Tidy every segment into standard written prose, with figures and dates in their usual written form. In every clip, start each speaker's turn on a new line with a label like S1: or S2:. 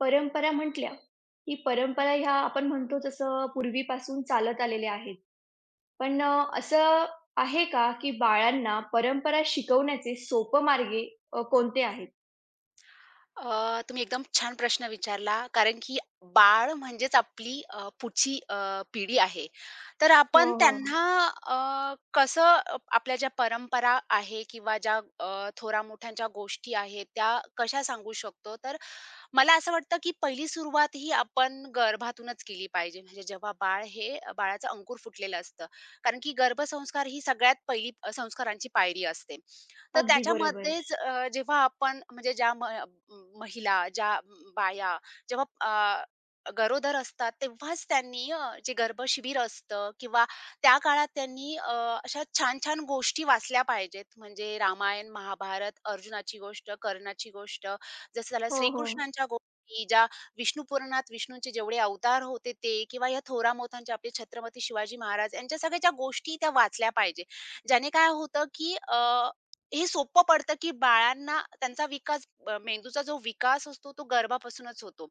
S1: परंपरा म्हटल्या, की परंपरा ह्या आपण म्हणतो तसं पूर्वीपासून चालत आलेल्या आहेत. पण असं आहे का, की बाळांना परंपरा शिकवण्याचे सोपं मार्गे कोणते आहेत?
S2: तुम्ही एकदम छान प्रश्न विचारला. कारण की बाळ म्हणजेच आपली पुढची पिढी आहे. तर
S1: हो,
S2: आपण
S1: हो, हो.
S2: त्यांना कसं आपल्या ज्या परंपरा आहे किंवा ज्या थोरा-मोठ्यांच्या गोष्टी आहेत, त्या कशा सांगू शकतो? तर मला असं वाटतं, की पहिली सुरुवात ही आपण गर्भातूनच केली पाहिजे. म्हणजे जेव्हा बाळ हे बाळाचं अंकुर फुटलेलं असतं. कारण की गर्भसंस्कार ही सगळ्यात पहिली संस्कारांची पायरी असते. तर
S1: अगदी बरोबर.
S2: त्याच्यामध्येच जेव्हा आपण म्हणजे ज्या म म- महिला, ज्या बाया जेव्हा गरोदर असतात, तेव्हाच त्यांनी जे गर्भशिबिर असतं किंवा त्या काळात त्यांनी अशा छान-छान गोष्टी वाचल्या पाहिजेत. म्हणजे रामायण, महाभारत, अर्जुनाची गोष्ट, कर्णाची गोष्ट जसं झालं
S1: हो, हो.
S2: श्रीकृष्णांच्या गोष्टी, ज्या विष्णू पुराणात विष्णूंचे जेवढे अवतार होते ते किंवा या थोरा मोठ्यांच्या आपले छत्रपती शिवाजी महाराज यांच्या सगळ्या गोष्टी त्या वाचल्या पाहिजे. ज्याने काय होतं, की हे सोपं पडतं, की बाळांना त्यांचा विकास मेंदूचा जो विकास असतो तो गर्भापासूनच होतो.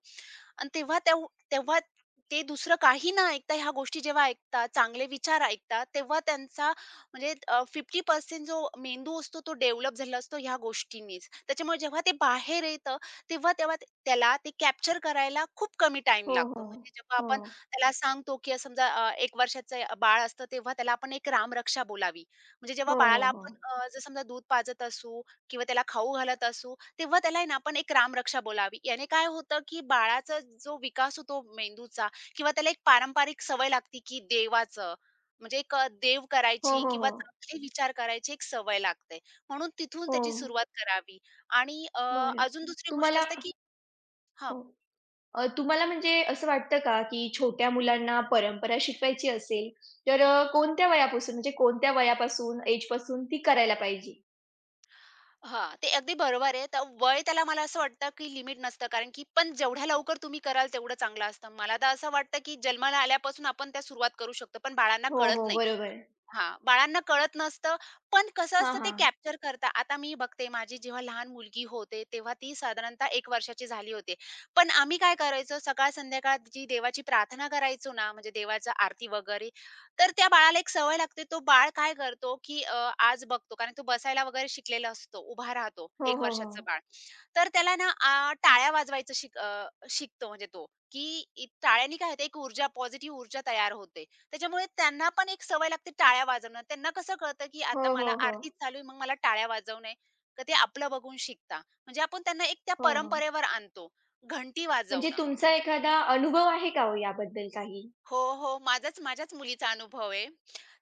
S2: आणि तेव्हा ते दुसरं काही न ऐकता ह्या गोष्टी जेव्हा ऐकतात, चांगले विचार ऐकतात, तेव्हा त्यांचा म्हणजे 50% जो मेंदू असतो तो डेव्हलप झाला असतो ह्या गोष्टींनीच. त्याच्यामुळे जेव्हा ते बाहेर येतं, तेव्हा तेव्हा ते- त्याला ते कॅप्चर करायला खूप कमी टाईम
S1: हो,
S2: लागतो.
S1: हो.
S2: म्हणजे जेव्हा
S1: हो.
S2: आपण त्याला सांगतो, की समजा 1 वर्षाचं बाळ असतं, तेव्हा त्याला आपण एक रामरक्षा बोलावी. म्हणजे जेव्हा
S1: हो, हो,
S2: बाळाला
S1: हो.
S2: आपण जर समजा दूध पाजत असू किंवा त्याला खाऊ घालत असू, तेव्हा त्याला आहे ना आपण एक रामरक्षा बोलावी. याने काय होतं, की बाळाचा जो विकास होतो मेंदूचा किंवा त्याला एक पारंपरिक सवय लागते, की देवाचं म्हणजे एक देव
S1: हो,
S2: करायची
S1: हो,
S2: किंवा
S1: हो.
S2: चांगले विचार करायची एक सवय लागते. म्हणून तिथून
S1: हो.
S2: त्याची सुरुवात करावी आणि
S1: बरं.
S2: अजून दुसरी गोष्ट
S1: तुम्हाला
S2: असते, की हां,
S1: हो. तुम्हाला म्हणजे असं वाटतं का, की छोट्या मुलांना परंपरा शिकवायची असेल, तर कोणत्या वयापासून म्हणजे कोणत्या वयापासून, एजपासून ती करायला पाहिजे?
S2: हां, ते अगदी बरोबर आहे. तर वय त्याला मला असं वाटतं, की लिमिट नसतं कारण की पण जेवढ्या लवकर तुम्ही कराल तेवढं चांगलं असतं. मला तर असं वाटतं, की जन्माला आल्यापासून आपण त्या सुरुवात करू शकतो, पण बाळांना
S1: हो,
S2: कळत
S1: हो.
S2: नाही.
S1: बरोबर.
S2: हां, बाळांना कळत नसतं, पण कसं
S1: हां,
S2: असतं ते
S1: हां.
S2: कॅप्चर करतात. आता मी बघते माझी जेव्हा लहान मुलगी होते, तेव्हा ती साधारणतः एक वर्षाची झाली होती. पण आम्ही काय करायचो सकाळ-संध्याकाळ जी देवाची प्रार्थना करायचो ना, म्हणजे देवाचा आरती वगैरे, तर त्या बाळाला एक सवय लागते. तो बाळ काय करतो, की आज बघतो कारण तो बसायला वगैरे शिकलेला असतो, उभा राहतो
S1: हो,
S2: 1
S1: हो, हो.
S2: वर्षाचं बाळ. तर त्याला ना टाळ्या शिकतो म्हणजे तो, की टाळ्यांनी काय होतं एक ऊर्जा पॉझिटिव्ह ऊर्जा तयार होते. त्याच्यामुळे त्यांना पण एक सवय लागते टाळ्या वाजवणं. त्यांना कसं कळतं, की
S1: हो,
S2: आता मला
S1: हो, हो.
S2: आरतीच चालू आहे, मग मला टाळ्या वाजवणं आहे. तर ते आपलं बघून शिकता. म्हणजे आपण त्यांना एक त्या
S1: हो, हो.
S2: परंपरेवर आणतो, घंटी
S1: म्हणजे
S2: वाजवणं.
S1: तुमचा एखादा अनुभव आहे का हो याबद्दल काही?
S2: हो, हो. माझ्याच मुलीचा अनुभव आहे.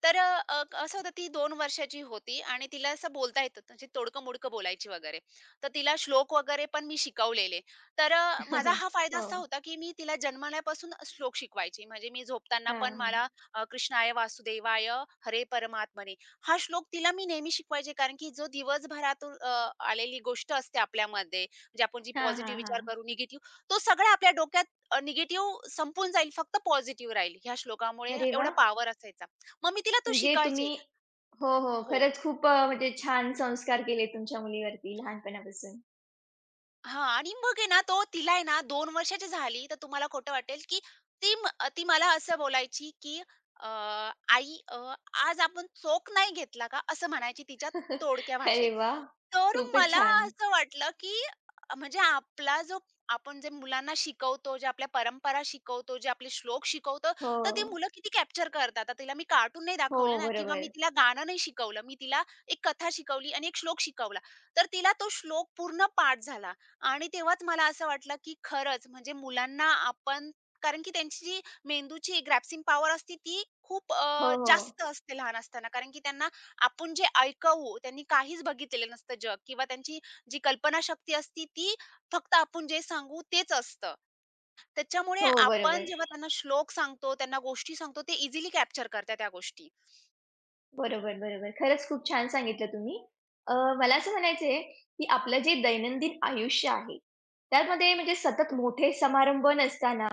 S2: तर अ, अ, असं होतं ती 2 वर्षाची होती आणि तिला असं बोलता येतं म्हणजे तोडकं-मोडकं बोलायची वगैरे. तर तिला श्लोक वगैरे पण मी शिकवलेले. तर माझा हा फायदा असा
S1: हो.
S2: होता, की मी तिला जन्मल्यापासून श्लोक शिकवायची. म्हणजे मी झोपताना
S1: हां,
S2: पण
S1: हां.
S2: मला "कृष्णाय वासुदेवाय हरे परमात्मने" हा श्लोक तिला मी नेहमी शिकवायचे. कारण की जो दिवसभरातून आलेली गोष्ट असते आपल्यामध्ये, म्हणजे आपण जी
S1: हां,
S2: पॉझिटिव्ह
S1: हां,
S2: विचार
S1: हां.
S2: करू, निगेटिव्ह तो सगळा आपल्या डोक्यात निगेटिव्ह संपून जाईल, फक्त पॉझिटिव्ह राहील. ह्या श्लोकामुळे
S1: अरे
S2: एवढा
S1: वाह!
S2: पॉवर असायचा. मग मी तिला तो
S1: म्हणजे
S2: शिकवायचे.
S1: तुम्ही हो, हो.
S2: हो.
S1: खरंच खूप म्हणजे छान संस्कार केले तुमच्या मुलीवरती लहानपणापासून.
S2: हां आणि मग आहे ना तो तिला आहे ना 2 वर्षाची झाली, तर तुम्हाला खोटं वाटेल, की ती म ती मला असं बोलायची, की अ, "आई, आज आपण चोख नाही घेतला का?" असं म्हणायची तिच्या तोडक्या भाषेत.
S1: अरे वाह!
S2: तर
S1: खूपच
S2: मला
S1: छान.
S2: असं वाटलं, की म्हणजे आपला जो आपण जे मुलांना शिकवतो, जे आपल्या परंपरा शिकवतो, जे आपले श्लोक शिकवतो,
S1: हो.
S2: तर ती मुलं किती कॅप्चर करतात. आता तिला मी कार्टून नाही
S1: हो,
S2: दाखवलं ना किंवा मी
S1: बरोबर.
S2: तिला गाणं नाही शिकवलं. मी तिला एक कथा शिकवली आणि एक श्लोक शिकवला. तर तिला तो श्लोक पूर्ण पाठ झाला आणि तेव्हाच मला असं वाटलं, की खरंच म्हणजे मुलांना आपण कारण की त्यांची जी मेंदूची ग्रॅस्पिंग पॉवर असते ती खूप
S1: हो, हो.
S2: जास्त असते लहान असताना. कारण की त्यांना आपण जे ऐकावू त्यांनी काहीच बघितलेलं नसतं जग किंवा त्यांची जी कल्पनाशक्ती असती ती फक्त आपण जे सांगू तेच असतं. त्याच्यामुळे
S1: हो,
S2: आपण
S1: बरोबर.
S2: जेव्हा त्यांना श्लोक सांगतो, त्यांना गोष्टी सांगतो ते इझिली कॅप्चर करतात त्या गोष्टी.
S1: बरोबर, बरोबर. खरंच खूप छान सांगितलं तुम्ही. अ, मला असं म्हणायचं आहे, की आपलं जे दैनंदिन आयुष्य आहे, त्यामध्ये म्हणजे सतत मोठे समारंभ नसताना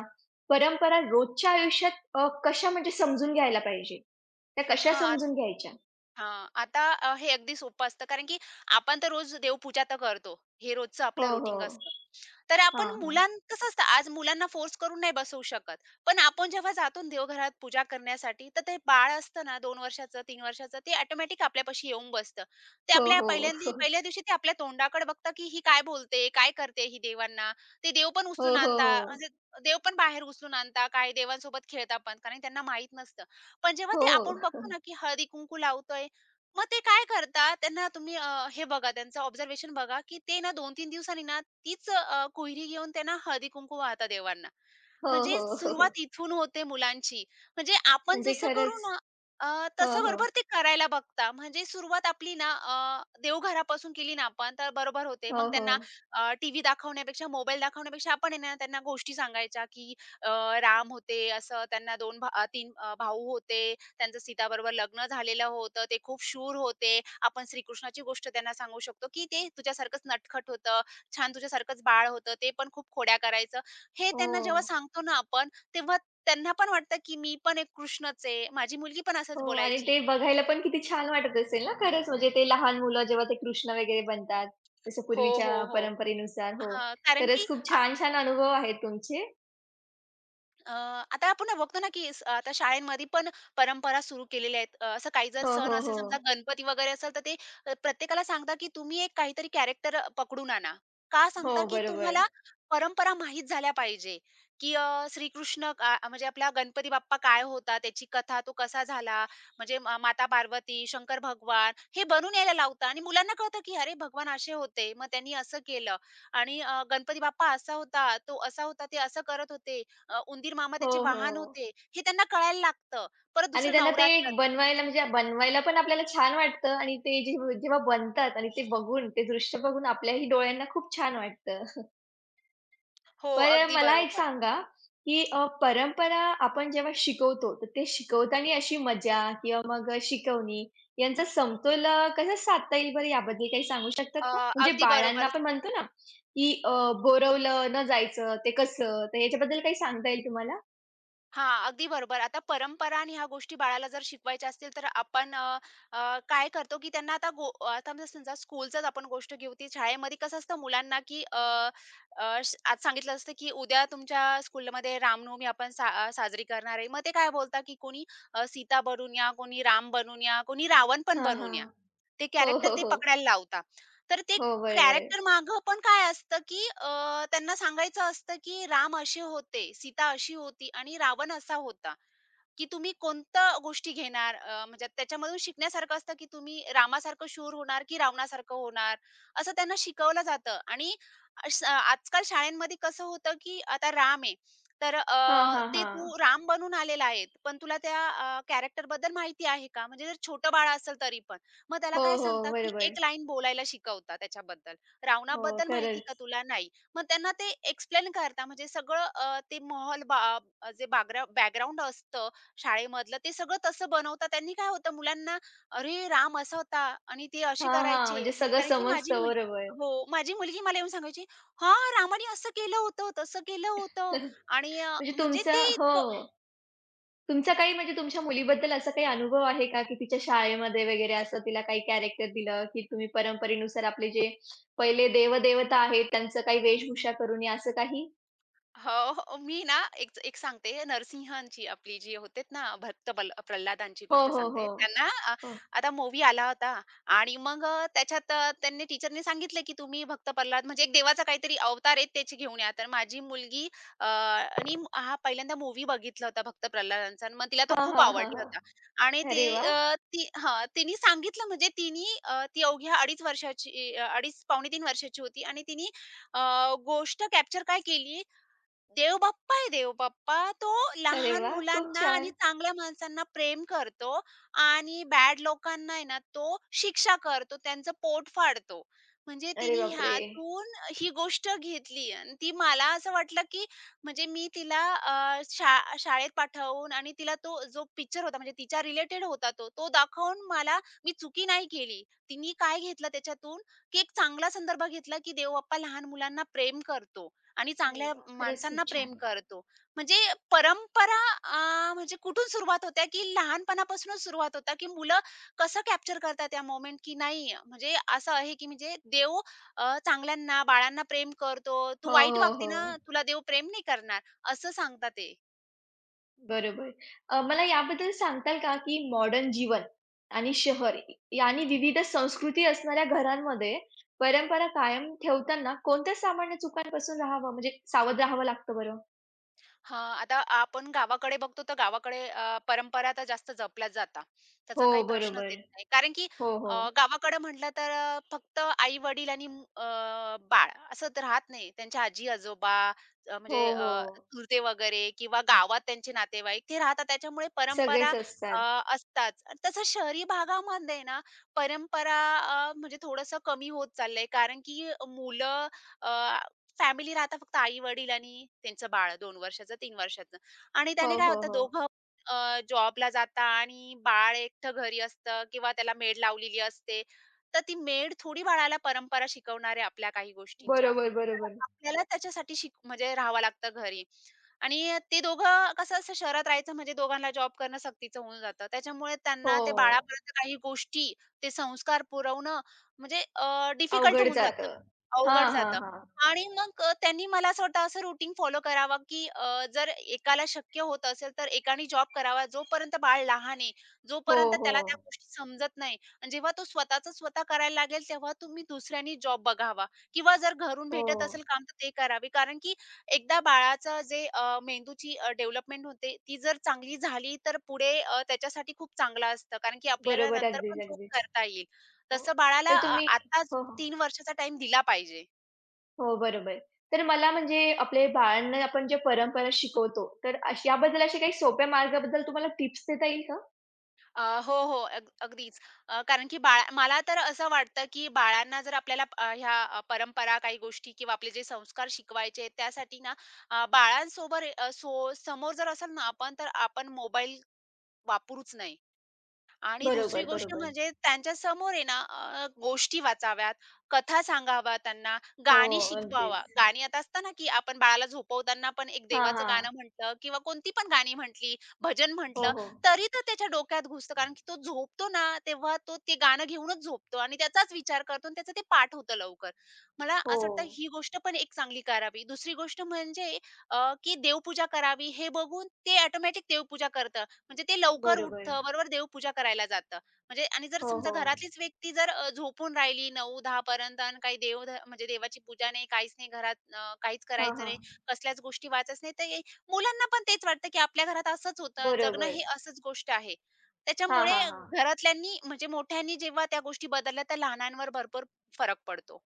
S1: परंपरा रोजच्या आयुष्यात कशा म्हणजे समजून घ्यायला पाहिजे? त्या कशा
S2: हां,
S1: समजून घ्यायच्या?
S2: हां. आता हे अगदी सोपं असतं कारण की आपण तर रोज देवपूजा तर करतो. हे रोजचं
S1: हो,
S2: आपलं रुटीन
S1: हो.
S2: असतं. तर आपण
S1: हां, हां.
S2: मुलां कसं असतं आज मुलांना फोर्स करून नाही बसवू शकत. पण आपण जेव्हा जातो ना देवघरात पूजा करण्यासाठी, तर ते बाळ असतं ना 2 वर्षाचं, 3 वर्षाचं ते ऑटोमॅटिक आपल्यापाशी येऊन बसतं. ते
S1: हो,
S2: आपल्या
S1: हो.
S2: पहिल्या दिवशी ते आपल्या तोंडाकडे बघतं, की ही काय बोलते? काय करते ही देवांना? ते देव पण उचलून
S1: हो, हो,
S2: आणता
S1: हो.
S2: म्हणजे देव पण बाहेर उचलून आणता, काही देवांसोबत खेळता पण कारण त्यांना माहीत नसतं. पण जेव्हा
S1: हो.
S2: ते आपण बघतो ना, की हळदी-कुंकू लावतोय मग ते काय करतात, त्यांना तुम्ही हे बघा त्यांचं ऑब्झर्वेशन बघा, की ते ना 2-3 दिवसांनी ना तीच कोहिरी घेऊन ते ना हळदी-कुंकू वाहतात देवांना.
S1: हो,
S2: म्हणजे
S1: हो, हो. हो.
S2: सुरुवात इथून होते मुलांची. म्हणजे आपण
S1: म्हणजे
S2: जसं करू
S1: खरंच.
S2: ना अ,
S1: हो,
S2: तसं
S1: हो.
S2: बरोबर ते करायला बघता. म्हणजे सुरुवात आपली ना देवघरापासून केली ना आपण तर बरोबर होते.
S1: हो,
S2: मग त्यांना
S1: हो.
S2: टीव्ही दाखवण्यापेक्षा, मोबाईल दाखवण्यापेक्षा आपण आहे ना त्यांना गोष्टी सांगायच्या, की अ, राम होते, असं त्यांना 2 भा 3 भाऊ होते त्यांचं सीताबरोबर लग्न झालेलं होतं. ते खूप शूर होते. आपण श्रीकृष्णाची गोष्ट त्यांना सांगू शकतो, की ते तुझ्यासारखंच नटखट होतं, छान तुझ्यासारखंच बाळ होतं. ते पण खूप खोड्या करायचं. हे त्यांना जेव्हा
S1: हो.
S2: सांगतो ना आपण, तेव्हा त्यांना पण वाटतं, की मी पण एक कृष्णच आहे. माझी मुलगी पण असंच
S1: हो आणि
S2: बोलायची.
S1: ते बघायला पण किती छान वाटत असेल ना खरंच म्हणजे ते लहान मुलं जेव्हा ते कृष्ण वगैरे बनतात, जसं
S2: हो,
S1: पूर्वीच्या
S2: हो, हो.
S1: परंपरेनुसार. हो.
S2: हां, कारण की
S1: खरंच खूप छान-छान अनुभव आहेत तुमचे.
S2: अ, आता आपण बघतो ना, की आता शाळेमध्ये पण परंपरा सुरू केलेल्या आहेत. असं काही जर
S1: हो,
S2: सण
S1: हो,
S2: असेल समजा
S1: हो.
S2: गणपती वगैरे असेल, तर ते प्रत्येकाला सांगता की तुम्ही एक काहीतरी कॅरेक्टर पकडून आणा. का
S1: हो,
S2: सांगता, की
S1: बरोबर.
S2: तुम्हाला परंपरा माहीत झाल्या पाहिजे, की श्रीकृष्ण म्हणजे आपला गणपती बाप्पा काय होता, त्याची कथा तो कसा झाला, म्हणजे माता पार्वती, शंकर भगवान हे बनून यायला लावता आणि मुलांना कळतं, की अरे भगवान असे होते, मग त्यांनी असं केलं आणि गणपती बाप्पा असा होता, तो असा होता, ते असं करत होते. उंदीर मामा
S1: हो,
S2: त्याचे वाहन
S1: हो.
S2: होते, हे त्यांना कळायला लागतं. परत
S1: आणि
S2: दुसरं
S1: त्यांना ते
S2: नवरात्रात
S1: एक बनवायला म्हणजे बनवायला पण आपल्याला छान वाटतं आणि ते जे जेव्हा बनतात आणि ते बघून, ते दृश्य बघून आपल्याही डोळ्यांना खूप छान वाटतं.
S2: हो,
S1: बरं
S2: अगदी
S1: मला एक
S2: बरोबर.
S1: सांगा, की परंपरा आपण जेव्हा शिकवतो, तर ते शिकवताना अशी मजा किंवा मग शिकवणी यांचा समतोल कसा साधता येईल बरं याबद्दल काही सांगू शकतात
S2: अ,
S1: का? म्हणजे
S2: अगदी
S1: बाळांना
S2: बरोबर.
S1: आपण म्हणतो ना, की बोरवलं न जायचं ते कसं? तर याच्याबद्दल काही सांगता येईल तुम्हाला?
S2: हां, अगदी बरोबर. आता परंपरा आणि ह्या गोष्टी बाळाला जर शिकवायच्या असतील, तर आपण अ, अ, काय करतो, की त्यांना आता म्हणजे समजा स्कूलचंच आपण गोष्ट घेऊ, ती शाळेमध्ये कसं असतं मुलांना, की अ, अ, श आज सांगितलं असतं, की उद्या तुमच्या स्कूलमध्ये रामनवमी आपण साजरी करणार आहे. मग ते काय बोलतात, की कोणी सीता बनून या, कोणी राम बनून या, कोणी रावण पण
S1: हां,
S2: बनून
S1: हां.
S2: या. ते
S1: हो,
S2: कॅरेक्टर
S1: हो,
S2: ते
S1: हो.
S2: पकडायला लावता. तर ते
S1: हो, बरोबर.
S2: कॅरेक्टर मागं पण काय असतं, की त्यांना सांगायचं असतं, की राम असे होते, सीता अशी होती आणि रावण असा होता. की तुम्ही कोणत्या गोष्टी घेणार म्हणजे त्याच्यामधून शिकण्यासारखं असतं की तुम्ही रामासारखं शूर होणार की रावणासारखं होणार असं त्यांना शिकवलं जातं आणि आजकाल शाळेमध्ये कसं होतं की आता राम आहे तर
S1: हां, हां,
S2: ते तू
S1: हां.
S2: राम बनून आलेला आहे पण तुला त्या कॅरेक्टर बद्दल माहिती आहे का म्हणजे जर छोटं बाळ असेल तरी पण मग त्याला
S1: हो,
S2: काय
S1: हो.
S2: सांगतात की
S1: बरोबर.
S2: एक लाईन बोलायला शिकवता त्याच्याबद्दल
S1: हो,
S2: रावणाबद्दल माहिती का
S1: खरंच.
S2: तुला नाही मग त्यांना ते एक्सप्लेन करता म्हणजे सगळं ते जे बॅकग्राऊंड असतं शाळेमधलं ते सगळं तसं बनवतात. त्यांनी काय होतं मुलांना "अरे, राम असा होता आणि ते असे
S1: हां, हां.
S2: करायचे."
S1: म्हणजे सगळं
S2: कारण की माझी
S1: समजतं.
S2: मुली
S1: बरोबर.
S2: हो, माझी मुलगी मला येऊन सांगायची, "हां, रामाने असं केलं होतं, तसं केलं होतं."
S1: म्हणजे
S2: आणि म्हणजे
S1: तुमचा
S2: ते
S1: हो. तुमचा काही म्हणजे तुमच्या मुलीबद्दल असा काही अनुभव आहे का, की तिच्या शाळेमध्ये वगैरे असं तिला काही कॅरेक्टर दिलं, की तुम्ही परंपरेनुसार आपले जे पहिले देव-देवता आहेत, त्यांचं काही वेशभूषा करून या असं काही?
S2: हो, हो. मी ना एक एक सांगते नरसिंहांची आपली जी होतेत ना भक्त बल प्रल्हादांची
S1: हो,
S2: गोष्ट
S1: हो, हो.
S2: सांगते. त्यांना
S1: हो.
S2: आता मूव्ही आला होता आणि मग त्याच्यात त्यांनी टीचरनी सांगितलं, की तुम्ही भक्त प्रल्हाद म्हणजे एक देवाचा काहीतरी अवतार आहे त्याची घेऊन या. तर माझी मुलगी आणि हा पहिल्यांदा मूव्ही बघितला होता भक्त प्रल्हादांचा आणि मग तिला तो
S1: हां,
S2: खूप
S1: हां, हां,
S2: आवडला
S1: हां.
S2: होता. आणि ते
S1: अरे वा
S2: ती हां, तिने सांगितलं म्हणजे तिने ती अवघ्या अडीच वर्षाची अ, अडीच पावणे 3 वर्षाची होती आणि तिने अ, गोष्ट कॅप्चर काय केली देवबाप्पा आहे देवबाप्पा. तो
S1: अरे
S2: लहान
S1: वाह! खूप
S2: मुलांना आणि
S1: छान.
S2: चांगल्या माणसांना प्रेम करतो आणि बॅड लोकांना आहे ना, तो शिक्षा करतो, त्यांचं पोट फाडतो. म्हणजे
S1: अरे
S2: तिने
S1: बापरे!
S2: ह्यातून ही गोष्ट घेतली आणि ती मला असं वाटलं, की म्हणजे मी तिला अ, शा शाळेत पाठवून आणि तिला तो जो पिक्चर होता म्हणजे तिच्या रिलेटेड होता तो, तो दाखवून मला मी चुकी नाही केली. तिने काय घेतलं त्याच्यातून, की एक चांगला संदर्भ घेतला, की देवबाप्पा लहान मुलांना प्रेम करतो. आणि
S1: अरे
S2: चांगल्या
S1: वाह! खरंच
S2: माणसांना
S1: खूप
S2: प्रेम
S1: छान.
S2: करतो. म्हणजे परंपरा म्हणजे कुठून सुरुवात होते, की लहानपणापासूनच सुरुवात होते, की मुलं कसं कॅप्चर करतात त्या मोमेंट, की नाही म्हणजे असं आहे, की म्हणजे देव चांगल्यांना, बाळांना प्रेम करतो. तू
S1: हो,
S2: वाईट
S1: हो,
S2: वागती
S1: हो.
S2: ना, तुला देव प्रेम नाही करणार, असं सांगतात ते.
S1: बरोबर. मला याबद्दल सांगताल का, की मॉडर्न जीवन आणि शहर यांनी विविध संस्कृती असणाऱ्या घरांमध्ये परंपरा कायम ठेवताना कोणत्या सामान्य चुकांपासून राहावं म्हणजे सावध राहावं लागतं बरं?
S2: हां, आता आपण गावाकडे बघतो तर गावाकडे परंपरा तर जास्त जपल्या जातात.
S1: हो,
S2: त्याचा काही प्रश्नच
S1: बरोबर.
S2: येत नाही. कारण की
S1: हो, हो.
S2: गावाकडे म्हटलं तर फक्त आई-वडील आणि बाळ असं तर राहत नाही. त्यांच्या आजी-आजोबा अ,
S1: हो,
S2: म्हणजे अ,
S1: हो.
S2: चुलते वगैरे किंवा गावात त्यांचे नातेवाईक ते राहतात. त्याच्यामुळे परंपरा
S1: सगळेच असतात.
S2: अ, असतात. आणि तसं शहरी भागामध्ये ना परंपरा म्हणजे थोडंसं कमी होत चाललंय. कारण की मुलं फॅमिली राहता फक्त आई-वडील आणि त्यांचं बाळ 2 वर्षाचं, 3 वर्षाचं आणि
S1: हो,
S2: त्याने काय
S1: हो,
S2: होतं
S1: हो.
S2: दोघं जॉबला जाता आणि बाळ एकटं घरी असतं किंवा त्याला मेड लावलेली असते. तर ती मेड थोडी बाळाला परंपरा शिकवणार आहे आपल्या काही गोष्टींच्या.
S1: बरोबर,
S2: तर
S1: बरोबर.
S2: आपल्याला त्याच्यासाठी म्हणजे राहावं लागतं घरी आणि ते दोघं कसं असं शहरात राहायचं म्हणजे दोघांना जॉब करणं सक्तीचं होऊन जातं. त्याच्यामुळे त्यांना
S1: हो.
S2: ते बाळापर्यंत काही गोष्टी, ते संस्कार पुरवणं म्हणजे डिफिकल्ट
S1: अवघड
S2: होऊन जातं,
S1: जातं.
S2: अवघड
S1: हां, हां,
S2: जातं.
S1: हां.
S2: आणि मग त्यांनी मला असं वाटतं असं रुटीन फॉलो करावा, की जर एकाला शक्य होत असेल, तर एकाने जॉब करावा. जोपर्यंत बाळ लहान आहे,
S1: हो,
S2: जोपर्यंत त्याला त्या
S1: हो.
S2: गोष्टी समजत नाही आणि जेव्हा तो स्वतःचं स्वतः करायला लागेल, तेव्हा तुम्ही दुसऱ्यांनी जॉब बघावा किंवा जर घरून
S1: हो.
S2: भेटत असेल काम, तर ते करावे. कारण की एकदा बाळाचं जे मेंदूची डेव्हलपमेंट होते, ती जर चांगली झाली, तर पुढे त्याच्यासाठी खूप चांगलं असतं. कारण की आपल्याला
S1: बरोबर.
S2: नंतर
S1: अगदीच,
S2: पण जॉब
S1: अगदीच.
S2: करता येईल.
S1: हो.
S2: तसं बाळाला
S1: तर तुम्ही
S2: आत्ताच
S1: हो, हो.
S2: 3 वर्षाचा टाईम दिला पाहिजे.
S1: हो, बरोबर. तर मला म्हणजे आपले बाळांना आपण ज्या परंपरा शिकवतो, तर अश याबद्दल असे काही सोप्या मार्गाबद्दल तुम्हाला टिप्स देता येईल का?
S2: हो, हो. अगदीच. कारण की मला तर असं वाटतं, की बाळांना जर आपल्याला परंपरा काही गोष्टी किंवा आपले जे संस्कार शिकवायचे आहेत त्यासाठी ना अ, बाळांसोबर अ, सो समोर जर असेल ना आपण, तर आपण मोबाईल वापरूच नाही. आणि दुसरी
S1: बरोबर,
S2: गोष्ट
S1: बरोबर.
S2: म्हणजे त्यांच्यासमोर आहे ना गोष्टी वाचाव्यात, कथा सांगाव्या त्यांना,
S1: हो,
S2: गाणी शिकवावा.
S1: अगदीच.
S2: गाणी आता असतं ना, की आपण बाळाला झोपवताना पण एक
S1: हां,
S2: देवाचं गाणं
S1: हां.
S2: म्हटलं किंवा कोणती पण गाणी म्हटली, भजन
S1: हो,
S2: म्हटलं,
S1: हो.
S2: तरी तो त्याच्या डोक्यात घुसतं. कारण की तो झोपतो ना, तेव्हा तो ते गाणं घेऊनच झोपतो आणि त्याचाच विचार करतो आणि त्याचं ते पाठ होतं लवकर. मला
S1: हो.
S2: असं वाटतं ही गोष्ट पण एक चांगली करावी. दुसरी गोष्ट म्हणजे की देवपूजा करावी हे बघून ते ऑटोमॅटिक देवपूजा करतं. म्हणजे ते लवकर
S1: बरोबर.
S2: उठतं, बरोबर देवपूजा करायला जातं. म्हणजे आणि जर
S1: हो,
S2: समजा
S1: हो.
S2: घरातलीच व्यक्ती जर झोपून राहिली 9-10 पर्यंत आणि काही देव ध म्हणजे देवाची पूजा नाही, काहीच नाही घरात काहीच
S1: हां,
S2: करायचं
S1: हां.
S2: नाही, कसल्याच गोष्टी वाचत नाही, तर मुलांना पण तेच वाटतं, की आपल्या घरात असंच होतं, जगणं
S1: बरोबर.
S2: हे असंच गोष्ट आहे.
S1: हां,
S2: त्याच्यामुळे
S1: हां, हां.
S2: घरातल्यांनी म्हणजे मोठ्यांनी जेव्हा त्या गोष्टी बदलल्या, तर लहानांवर भरपूर फरक पडतो.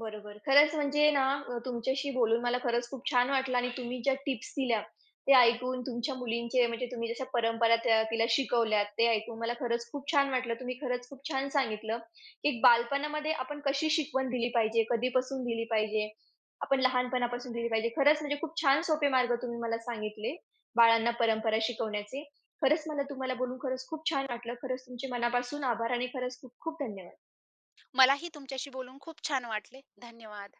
S1: बरोबर. खरंच म्हणजे ना तुमच्याशी बोलून मला खरंच खूप छान वाटलं आणि तुम्ही ज्या टिप्स दिल्या, ते ऐकून तुमच्या मुलींचे म्हणजे तुम्ही जशा परंपरा त्या तिला शिकवल्यात, ते ऐकून मला खरंच खूप छान वाटलं. तुम्ही खरंच खूप छान सांगितलं, की एक बालपणामध्ये आपण कशी शिकवण दिली पाहिजे, कधीपासून दिली पाहिजे, आपण लहानपणापासून दिली पाहिजे. खरंच म्हणजे खूप छान सोपे मार्ग तुम्ही मला सांगितले, बाळांना परंपरा शिकवण्याचे. खरंच मला तुम्हाला बोलून खरंच खूप छान वाटलं. खरंच तुमचे मनापासून आभार आणि खरंच खूप खूप धन्यवाद.
S2: मलाही तुमच्याशी बोलून खूप छान वाटले. धन्यवाद.